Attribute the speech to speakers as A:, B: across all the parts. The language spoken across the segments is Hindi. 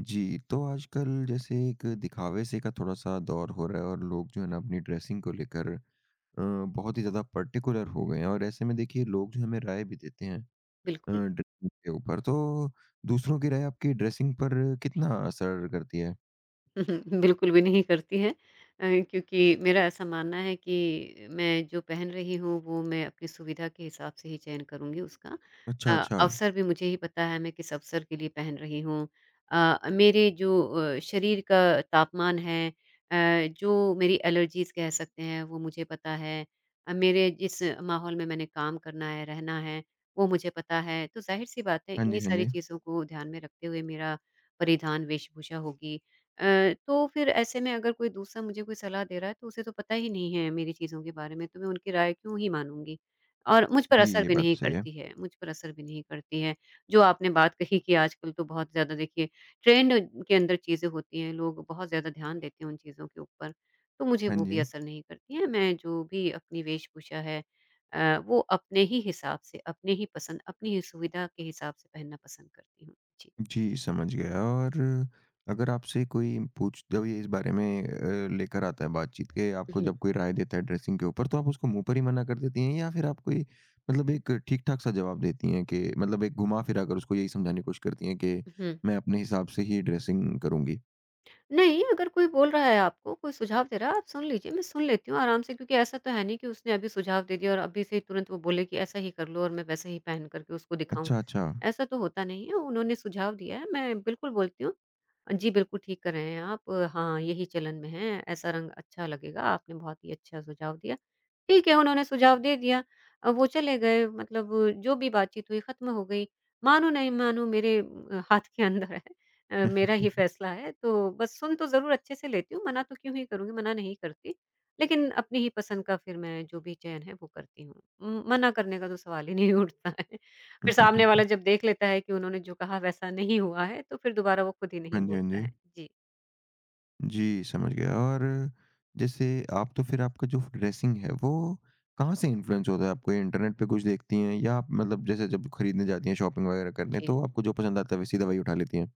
A: जी, तो आजकल जैसे एक दिखावे-से का थोड़ा-सा दौर हो रहा है और लोग जो है ना अपनी ड्रेसिंग को लेकर अ, बहुत ही ज़्यादा पर्टिकुलर हो गए हैं और ऐसे में देखिए लोग जो हमें राय भी देते हैं
B: बिल्कुल।
A: ड्रेसिंग के ऊपर। तो दूसरों की राय आपकी ड्रेसिंग पर कितना असर करती है?
B: बिल्कुल भी नहीं करती है क्योंकि मेरा ऐसा मानना है कि मैं जो पहन रही हूँ वो मैं अपनी सुविधा के हिसाब से ही चयन करूँगी उसका। अ,
A: अच्छा, अच्छा।
B: अवसर भी मुझे ही पता है मैं किस अवसर के लिए पहन रही हूँ। मेरे जो शरीर का तापमान है, जो मेरी एलर्जीज़ कह सकते हैं वो मुझे पता है। मेरे जिस माहौल में मैंने काम करना है, रहना है वो मुझे पता है। तो ज़ाहिर-सी बात है
A: हाँ जी,
B: इन्हीं
A: हाँ
B: सारी
A: जी।
B: चीज़ों को ध्यान में रखते हुए मेरा परिधान वेशभूषा होगी। तो फिर ऐसे में अगर कोई दूसरा मुझे कोई सलाह दे रहा है तो उसे तो पता ही नहीं है मेरी चीज़ों के बारे में, तो मैं उनकी राय क्यों ही मानूँगी? और मुझ पर
A: जी,
B: असर
A: ये
B: भी
A: बात
B: नहीं
A: तो सही है।
B: करती है मुझ पर असर भी नहीं करती है। जो आपने बात कही कि आजकल तो बहुत ज़्यादा देखिए ट्रेंड के अंदर चीज़ें होती हैं, लोग बहुत ज़्यादा ध्यान देते हैं उन चीज़ों के ऊपर, तो मुझे
A: हाँ
B: वो भी
A: जी।
B: असर नहीं करती है। मैं जो भी अपनी वेशभूषा है वो अपने ही हिसाब से, अपने ही पसंद, अपनी ही सुविधा के हिसाब से पहनना पसंद करती हूँ। जी।
A: जी, समझ गया और अगर आपसे कोई पूछ जब ये इस बारे में लेकर आता है बातचीत के आपको
B: हुँ,
A: जब कोई राय देता है ड्रेसिंग के ऊपर तो आप उसको मुँह पर ही मना कर देती हैं या फिर आप कोई मतलब एक ठीक-ठाक सा जवाब देती हैं कि मतलब एक घुमा-फिरा कर उसको यही समझाने की कोशिश करती हैं कि
B: हुँ।
A: मैं अपने हिसाब से ही ड्रेसिंग करूँगी?
B: नहीं, अगर कोई बोल रहा है आपको, कोई सुझाव दे रहा है, आप सुन लीजिए, मैं सुन लेती हूँ आराम से क्योंकि ऐसा तो है नहीं कि उसने अभी सुझाव दे दिया और अभी से ही तुरंत वो बोले कि ऐसा ही कर लो और मैं वैसा ही पहन करके उसको दिखाऊँ।
A: अच्छा, अच्छा।
B: ऐसा तो होता नहीं है, उन्होंने सुझाव दिया है, मैं बिल्कुल बोलती हूँ जी, बिल्कुल ठीक कर रहे हैं आप। हाँ, यही चलन में है, ऐसा रंग अच्छा लगेगा। आपने बहुत ही अच्छा सुझाव दिया। ठीक है, उन्होंने सुझाव दे दिया। वो चले गए मतलब जो भी बातचीत हुई ख़त्म हो गई। मानो नहीं मानो मेरे हाथ के अंदर है। मेरा ही फ़ैसला है तो बस सुन तो ज़रूर अच्छे से लेती हूँ, मना तो क्यों ही करूँगी, मना नहीं करती। लेकिन अपनी ही पसंद का फिर मैं जो भी चयन है वो करती हूँ। मना करने का तो सवाल ही नहीं उठता है। फिर सामने वाला जब देख लेता है कि उन्होंने जो कहा वैसा नहीं हुआ है, तो फिर दोबारा वो खुद ही
A: हाँ
B: नहीं
A: जी, हाँ
B: बोलता
A: जी।
B: है। जी।
A: जी, समझ गया और जैसे आप तो फिर आपका जो ड्रेसिंग है वो कहाँ से इन्फ्लुएंस होता है? आप कोई इंटरनेट पे कुछ देखती हैं या आप मतलब जैसे जब खरीदने जाती हैं शॉपिंग वगैरह करने
B: जी,
A: तो आपको जो पसंद आता है वैसी दवाई उठा लेती हैं?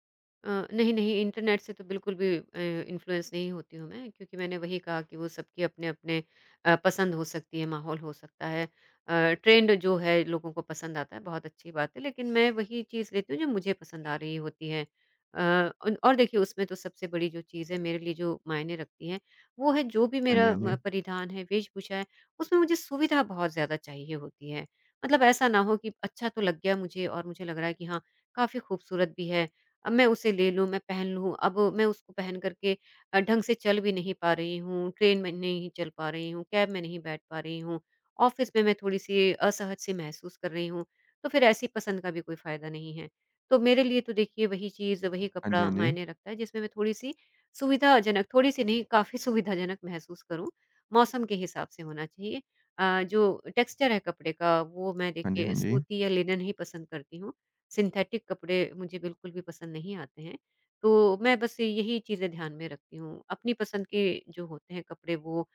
B: नहीं, नहीं, इंटरनेट से तो बिल्कुल भी इन्फ्लुएंस नहीं होती हूँ मैं क्योंकि मैंने वही कहा कि वो सबकी अपने-अपने पसंद हो सकती है, माहौल हो सकता है। ट्रेंड जो है लोगों को पसंद आता है, बहुत अच्छी बात है, लेकिन मैं वही चीज़ लेती हूँ जो मुझे पसंद आ रही होती है। अ, अन और देखिए उसमें तो सबसे बड़ी जो चीज़ है मेरे लिए जो मायने रखती है, वो है जो भी
A: हाँ जी,
B: मेरा
A: हाँ जी।
B: म परिधान है, वेशभूषा है, उसमें मुझे सुविधा बहुत ज़्यादा चाहिए होती है। मतलब ऐसा ना हो कि अच्छा तो लग गया मुझे और मुझे लग रहा है कि हाँ, काफ़ी खूबसूरत भी है अब मैं उसे ले लूँ, मैं पहन लूँ। अब मैं उसको पहन कर के ढंग से चल भी नहीं पा रही हूँ, ट्रेन में नहीं चल पा रही हूँ, कैब में नहीं बैठ पा रही हूँ, ऑफ़िस में मैं थोड़ी-सी असहज सी महसूस कर रही हूँ। तो फिर ऐसी पसंद का भी कोई फ़ायदा नहीं है। तो मेरे लिए तो देखिए वही चीज़, वही
A: हाँ जी,
B: कपड़ा
A: हाँ जी।
B: मायने रखता है जिसमें मैं थोड़ी-सी सुविधाजनक, थोड़ी-सी नहीं काफ़ी सुविधाजनक महसूस करूँ। मौसम के हिसाब से होना चाहिए। जो टेक्सचर है कपड़े का वो मैं
A: हाँ जी,
B: देखिए
A: हाँ जी।
B: सूती या लिनन ही पसंद करती हूँ। सिंथेटिक कपड़े मुझे बिल्कुल भी पसंद नहीं आते हैं। तो मैं बस यही चीज़ें ध्यान में रखती हूँ। अपनी पसंद के जो होते हैं कपड़े वो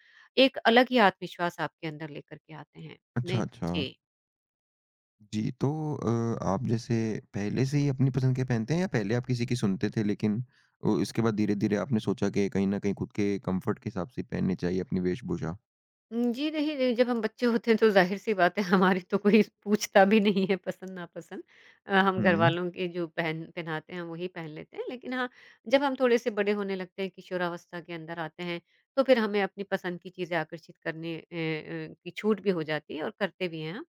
B: एक अलग ही आत्मविश्वास आपके अंदर लेकर के आते हैं।
A: अच्छा,
B: मैं
A: अच्छा।
B: जी।
A: जी, तो आप जैसे पहले से ही अपनी पसंद के पहनते हैं या पहले आप किसी की सुनते थे लेकिन इसके बाद धीरे-धीरे आपने सोचा कि कहीं न कहीं खुद के कम्फर्ट के हिसाब से पहननी चाहिए अपनी वेशभूषा?
B: जी नहीं, नहीं, जब हम बच्चे होते हैं तो ज़ाहिर-सी बात है हमारी तो कोई पूछता भी नहीं है पसंद नापसंद। हम
A: हुँ।
B: घरवालों के जो पहन पहनाते हैं हम वही पहन लेते हैं। लेकिन हाँ, जब हम थोड़े से बड़े होने लगते हैं, किशोरावस्था के अंदर आते हैं, तो फिर हमें अपनी पसंद की चीज़ें आकर्षित करने की छूट भी हो जाती है और करते भी हैं हम।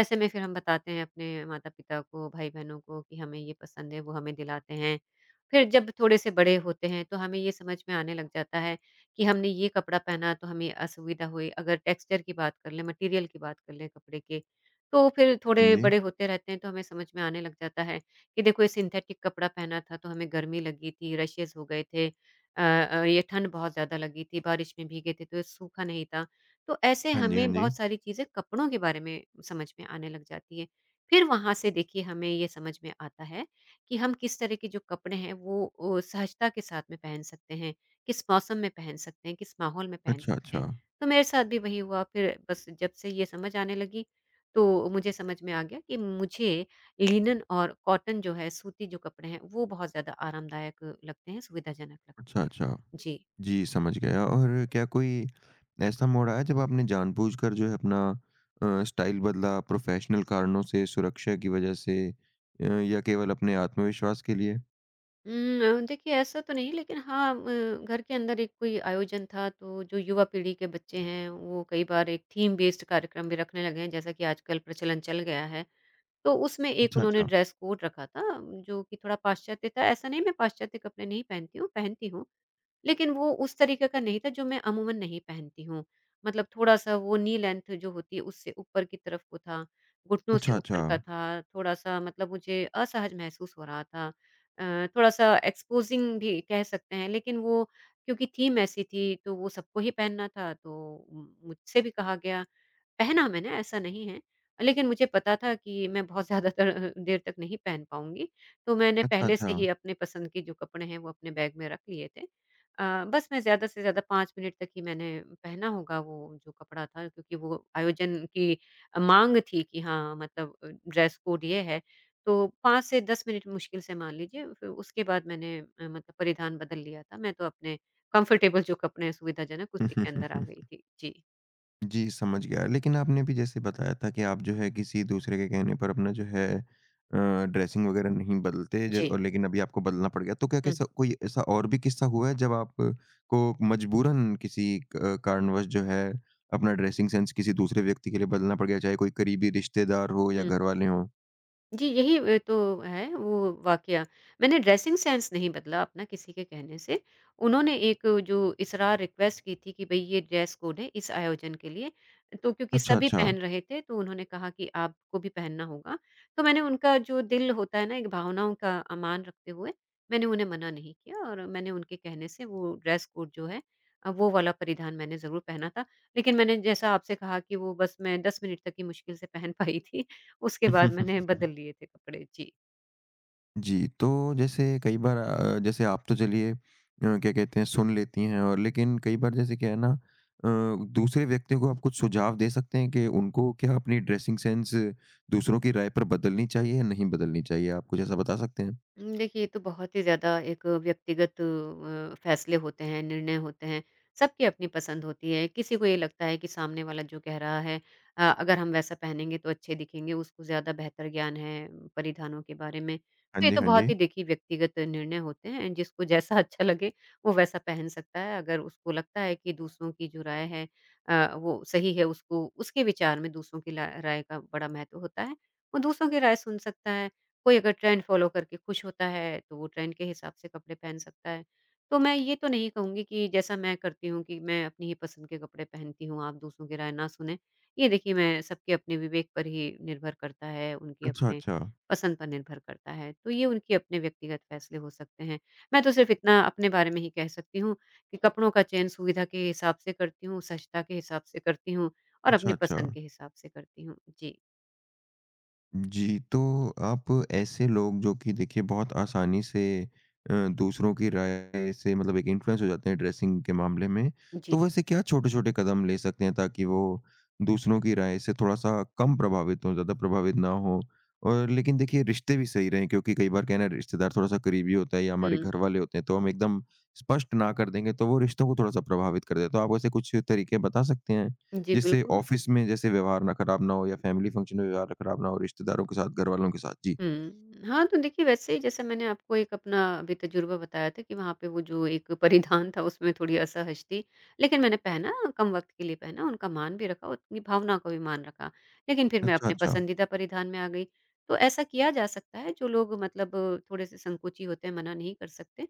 B: ऐसे में फिर हम बताते हैं अपने माता-पिता को, भाई-बहनों को कि हमें ये पसंद है, वो हमें दिलाते हैं। फिर जब थोड़े से बड़े होते हैं तो हमें ये समझ में आने लग जाता है कि हमने ये कपड़ा पहना तो हमें असुविधा हुई। अगर टेक्सचर की बात कर लें, मटेरियल की बात कर लें कपड़े के, तो फिर
A: हाँ
B: थोड़े
A: जी।
B: बड़े होते रहते हैं तो हमें समझ में आने लग जाता है कि देखो ये सिंथेटिक कपड़ा पहना था तो हमें गर्मी लगी थी, रैशेज़ हो गए थे। अ ये ठंड बहुत ज़्यादा लगी थी, बारिश में भीगे थे तो ये सूखा नहीं था। तो ऐसे
A: हाँ जी, हाँ
B: हमें
A: जी।
B: बहुत सारी चीज़ें कपड़ों के बारे में समझ में आने लग जाती है। फिर वहाँ से देखिए हमें ये समझ में आता है कि हम किस तरह के जो कपड़े हैं वो ओ सहजता के साथ में पहन सकते हैं। किस मौसम में पहन सकते हैं, किस माहौल में पहन
A: अच्छा,
B: सकते
A: अच्छा।
B: हैं। तो मेरे साथ भी वही हुआ फिर बस जब से ये समझ आने लगी, तो मुझे समझ में आ गया कि मुझे लिनन और कॉटन जो है सूती जो कपड़े हैं, वो बहुत ज़्यादा आरामदायक लगते हैं, सुविधाजनक लगते
A: अच्छा,
B: हैं।
A: अच्छा।
B: जी।
A: जी, समझ गया और क्या कोई ऐसा मोड़ आया जब आपने जानबूझकर जो है अपना स्टाइल बदला प्रोफ़ेशनल कारणों से, सुरक्षा की वज़ह से या केवल अपने आत्मविश्वास के लिए?
B: देखिए ऐसा तो नहीं लेकिन हाँ, घर के अंदर एक कोई आयोजन था तो जो युवा पीढ़ी के बच्चे हैं, वो कई बार एक थीम बेस्ड कार्यक्रम भी रखने लगे हैं जैसा कि आजकल प्रचलन चल गया है। तो उसमें एक
A: अच्छा,
B: उन्होंने
A: अच्छा।
B: ड्रेस कोड रखा था जो कि थोड़ा पाश्चात्य था। ऐसा नहीं मैं पाश्चात्य कपड़े नहीं पहनती हूँ, पहनती हूँ, लेकिन वो उस तरीके का नहीं था जो मैं अमूमन नहीं पहनती हूँ। मतलब थोड़ा-सा वो नी लेंथ जो होती है उससे ऊपर की तरफ को था, घुटनों से
A: अच्छा,
B: ऊपर
A: अच्छा।
B: का था, थोड़ा-सा मतलब मुझे असहज महसूस हो रहा था। थोड़ा-सा एक्सपोज़िंग भी कह सकते हैं लेकिन वो क्योंकि थीम ऐसी थी तो वो सबको ही पहनना था तो मुझसे भी कहा गया। पहना मैंने, ऐसा नहीं है। लेकिन मुझे पता था कि मैं बहुत ज़्यादा तर देर तक नहीं पहन पाऊँगी, तो मैंने
A: अच्छा,
B: पहले
A: अच्छा।
B: से ही अपने पसंद के जो कपड़े हैं, वो अपने बैग में रख लिए थे। अ, बस मैं ज़्यादा से ज़्यादा 5 मिनट तक ही मैंने पहना होगा वो जो कपड़ा था, क्योंकि वो आयोजन की माँग थी कि हाँ, मतलब ड्रेस कोड ये है। तो 5 से 10 मिनट मुश्किल से मान लीजिए, फिर उसके बाद मैंने मतलब परिधान बदल लिया था। मैं तो अपने कम्फ़र्टेबल जो कपड़े हैं, सुविधाजनक, उसी के अंदर आ गई थी। जी।
A: जी, समझ गया। लेकिन आपने अभी जैसे बताया था कि आप जो है किसी दूसरे के कहने पर अपना जो है ड्रेसिंग वगैरह नहीं बदलते ज
B: जी।
A: और लेकिन अभी आपको बदलना पड़ गया। तो क्या
B: हुँ,
A: कैसा कोई ऐसा और भी किस्सा हुआ है जब आपको मजबूरन किसी क कारणवश जो है अपना ड्रेसिंग सेंस किसी दूसरे व्यक्ति के लिए बदलना पड़ गया, चाहे कोई करीबी रिश्तेदार हो या
B: हुँ।
A: घरवाले हों?
B: जी, यही तो है वो वाकया। मैंने ड्रेसिंग सेंस नहीं बदला अपना किसी के कहने से। उन्होंने एक जो इसरार रिक्वेस्ट की थी कि भई ये ड्रेस कोड है इस आयोजन के लिए, तो क्योंकि
A: अच्छा,
B: सभी
A: अच्छा।
B: पहन रहे थे तो उन्होंने कहा कि आपको भी पहनना होगा। तो मैंने उनका जो दिल होता है ना एक भावनाओं का अमान रखते हुए, मैंने उन्हें मना नहीं किया और मैंने उनके कहने से वो ड्रेस कोड जो है वो वाला परिधान मैंने ज़रूर पहना था। लेकिन मैंने जैसा आपसे कहा कि वो बस मैं 10 मिनट तक ही मुश्किल से पहन पाई थी। उसके बाद मैंने बदल लिए थे कपड़े। जी।
A: जी, तो जैसे कई बार जैसे आप तो चलिए क्या कहते हैं सुन लेती हैं और लेकिन कई बार जैसे क्या है ना दूसरे व्यक्ति को आप कुछ सुझाव दे सकते हैं कि उनको क्या अपनी ड्रेसिंग सेंस दूसरों की राय पर बदलनी चाहिए या नहीं बदलनी चाहिए? आप कुछ ऐसा बता सकते हैं?
B: देखिए, ये तो बहुत ही ज़्यादा एक व्यक्तिगत फैसले होते हैं, निर्णय होते हैं। सबकी अपनी पसंद होती है। किसी को ये लगता है कि सामने वाला जो कह रहा है अगर हम वैसा पहनेंगे तो अच्छे दिखेंगे, उसको ज़्यादा बेहतर ज्ञान है परिधानों के बारे में। तो
A: हाँ
B: ये
A: जी,
B: तो
A: हाँ
B: बहुत
A: जी।
B: ही देखिए व्यक्तिगत निर्णय होते हैं, जिसको जैसा अच्छा लगे वो वैसा पहन सकता है। अगर उसको लगता है कि दूसरों की जो राय है वो सही है, उसको उसके विचार में दूसरों की ला राय का बड़ा महत्व होता है, वो दूसरों की राय सुन सकता है। कोई अगर ट्रेंड फ़ॉलो करके खुश होता है, तो वो ट्रेंड के हिसाब से कपड़े पहन सकता है। तो मैं ये तो नहीं कहूँगी कि जैसा मैं करती हूँ कि मैं अपनी ही पसंद के कपड़े पहनती हूँ, आप दूसरों की राय ना सुनें। ये देखिए मैं सबके अपने विवेक पर ही निर्भर करता है, उनके
A: अच्छा,
B: अपने
A: अच्छा।
B: पसंद पर निर्भर करता है। तो ये उनके अपने व्यक्तिगत फ़ैसले हो सकते हैं। मैं तो सिर्फ़ इतना अपने बारे में ही कह सकती हूँ कि कपड़ों का चयन सुविधा के हिसाब से करती हूँ, सहजता के हिसाब से करती हूँ और अपनी
A: अच्छा, अच्छा।
B: पसंद के हिसाब से करती हूँ। जी,
A: जी, तो आप ऐसे लोग जो कि देखिए बहुत आसानी से दूसरों की राय से मतलब एक इन्फ्लुएंस हो जाते हैं ड्रेसिंग के मामले में,
B: जी।
A: तो वैसे क्या छोटे-छोटे कदम ले सकते हैं ताकि वो दूसरों की राय से थोड़ा-सा कम प्रभावित हों, ज़्यादा प्रभावित ना हों? और लेकिन देखिए रिश्ते भी सही रहें क्योंकि कई बार क्या है ना रिश्तेदार थोड़ा-सा करीबी होता है या हमारे
B: हुँ।
A: घरवाले होते हैं, तो हम एकदम स्पष्ट ना कर देंगे तो वो रिश्तों को थोड़ा-सा प्रभावित कर देता है। तो आप ऐसे कुछ तरीके बता सकते हैं?
B: जी,
A: जिससे
B: बिल्कुल।
A: ऑफिस में जैसे व्यवहार ना खराब ना हो या फैमिली फंक्शन में व्यवहार खराब ना हो रिश्तेदारों के साथ, घरवालों के साथ? जी।
B: हुँ। हाँ, तो देखिए वैसे ही जैसे मैंने आपको एक अपना अभी तजुर्बा बताया था कि वहाँ पे वो जो एक परिधान था उसमें थोड़ी असहज थी। लेकिन मैंने पहना कम वक़्त के लिए पहना, उनका मान भी रखा, उनकी भावना को भी मान रखा। लेकिन फिर मैं
A: अच्छा,
B: अपने
A: अच्छा।
B: पसंदीदा परिधान में आ गई। तो ऐसा किया जा सकता है जो लोग मतलब थोड़े-से संकोची होते हैं, मना नहीं कर सकते।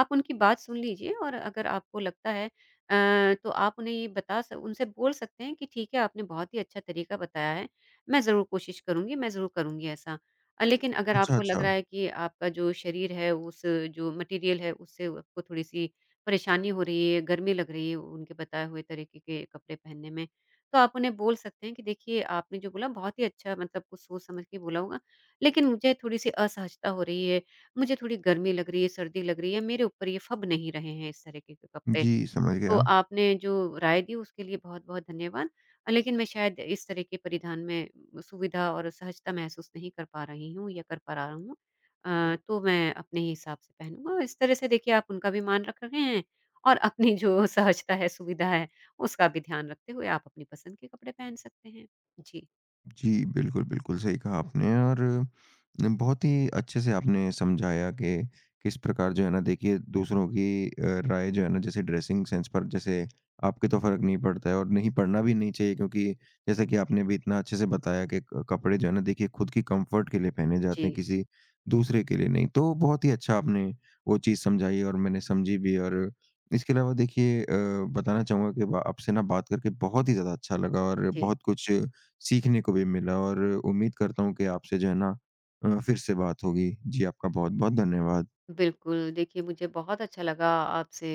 B: आप उनकी बात सुन लीजिए और अगर आपको लगता है तो आप उन्हें ये बता स उनसे बोल सकते हैं कि ठीक है, आपने बहुत ही अच्छा तरीका बताया है। मैं ज़रूर कोशिश करूँगी, मैं ज़रूर करूँगी ऐसा। लेकिन अगर
A: अच्छा,
B: आपको लग
A: अच्छा।
B: रहा है कि आपका जो शरीर है उस जो मटेरियल है उससे आपको थोड़ी-सी परेशानी हो रही है, गर्मी लग रही है उनके बताए हुए तरीके के कपड़े पहनने में, तो आप उन्हें बोल सकते हैं कि देखिए आपने जो बोला बहुत ही अच्छा मतलब कुछ सोच समझ के बोला होगा, लेकिन मुझे थोड़ी-सी असहजता हो रही है, मुझे थोड़ी गर्मी लग रही है, सर्दी लग रही है, मेरे ऊपर ये फब नहीं रहे हैं इस तरीके के कपड़े।
A: जी, समझ
B: तो
A: गया।
B: आपने जो राय दी उसके लिए बहुत-बहुत धन्यवाद। लेकिन मैं शायद इस तरह के परिधान में सुविधा और सहजता महसूस नहीं कर पा रही हूँ या कर पा रहा हूँ। तो मैं अपने ही हिसाब से पहनूँगा। इस तरह से देखिए आप उनका भी मान रख रहे हैं और अपनी जो सहजता है, सुविधा है उसका भी ध्यान रखते हुए आप अपनी पसंद के कपड़े पहन सकते हैं। जी।
A: जी, बिल्कुल, बिल्कुल सही कहा आपने और न बहुत ही अच्छे से आपने समझाया कि किस प्रकार जो है ना देखिए दूसरों की राय जो है ना जैसे ड्रेसिंग सेंस पर जैसे आपके तो फ़र्क नहीं पड़ता है और नहीं पड़ना भी नहीं चाहिए क्योंकि जैसा कि आपने भी इतना अच्छे से बताया कि क कपड़े जो है ना देखिए खुद की कम्फ़र्ट के लिए पहने जाते हैं,
B: जी,
A: किसी दूसरे के लिए नहीं। तो बहुत ही अच्छा आपने वो चीज़ समझाई और मैंने समझी भी और इसके अलावा देखिए बताना चाहूँगा कि ब आपसे ना बात करके बहुत ही ज़्यादा अच्छा लगा और
B: जी।
A: बहुत कुछ सीखने को भी मिला और उम्मीद करता हूँ कि आपसे जो है ना फिर से बात होगी। जी, आपका बहुत-बहुत धन्यवाद।
B: बिल्कुल, देखिए मुझे बहुत अच्छा लगा आपसे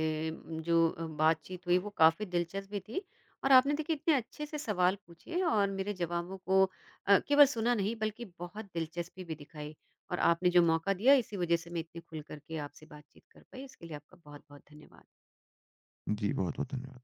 B: जो बातचीत हुई वो काफ़ी दिलचस्प भी थी और आपने देखिए इतने अच्छे से सवाल पूछे और मेरे जवाबों को केवल सुना नहीं बल्कि बहुत दिलचस्पी भी दिखाई और आपने जो मौका दिया इसी वजह से मैं इतने खुल करके आपसे बातचीत कर पाई, इसके लिए आपका बहुत-बहुत धन्यवाद।
A: जी, बहुत-बहुत धन्यवाद।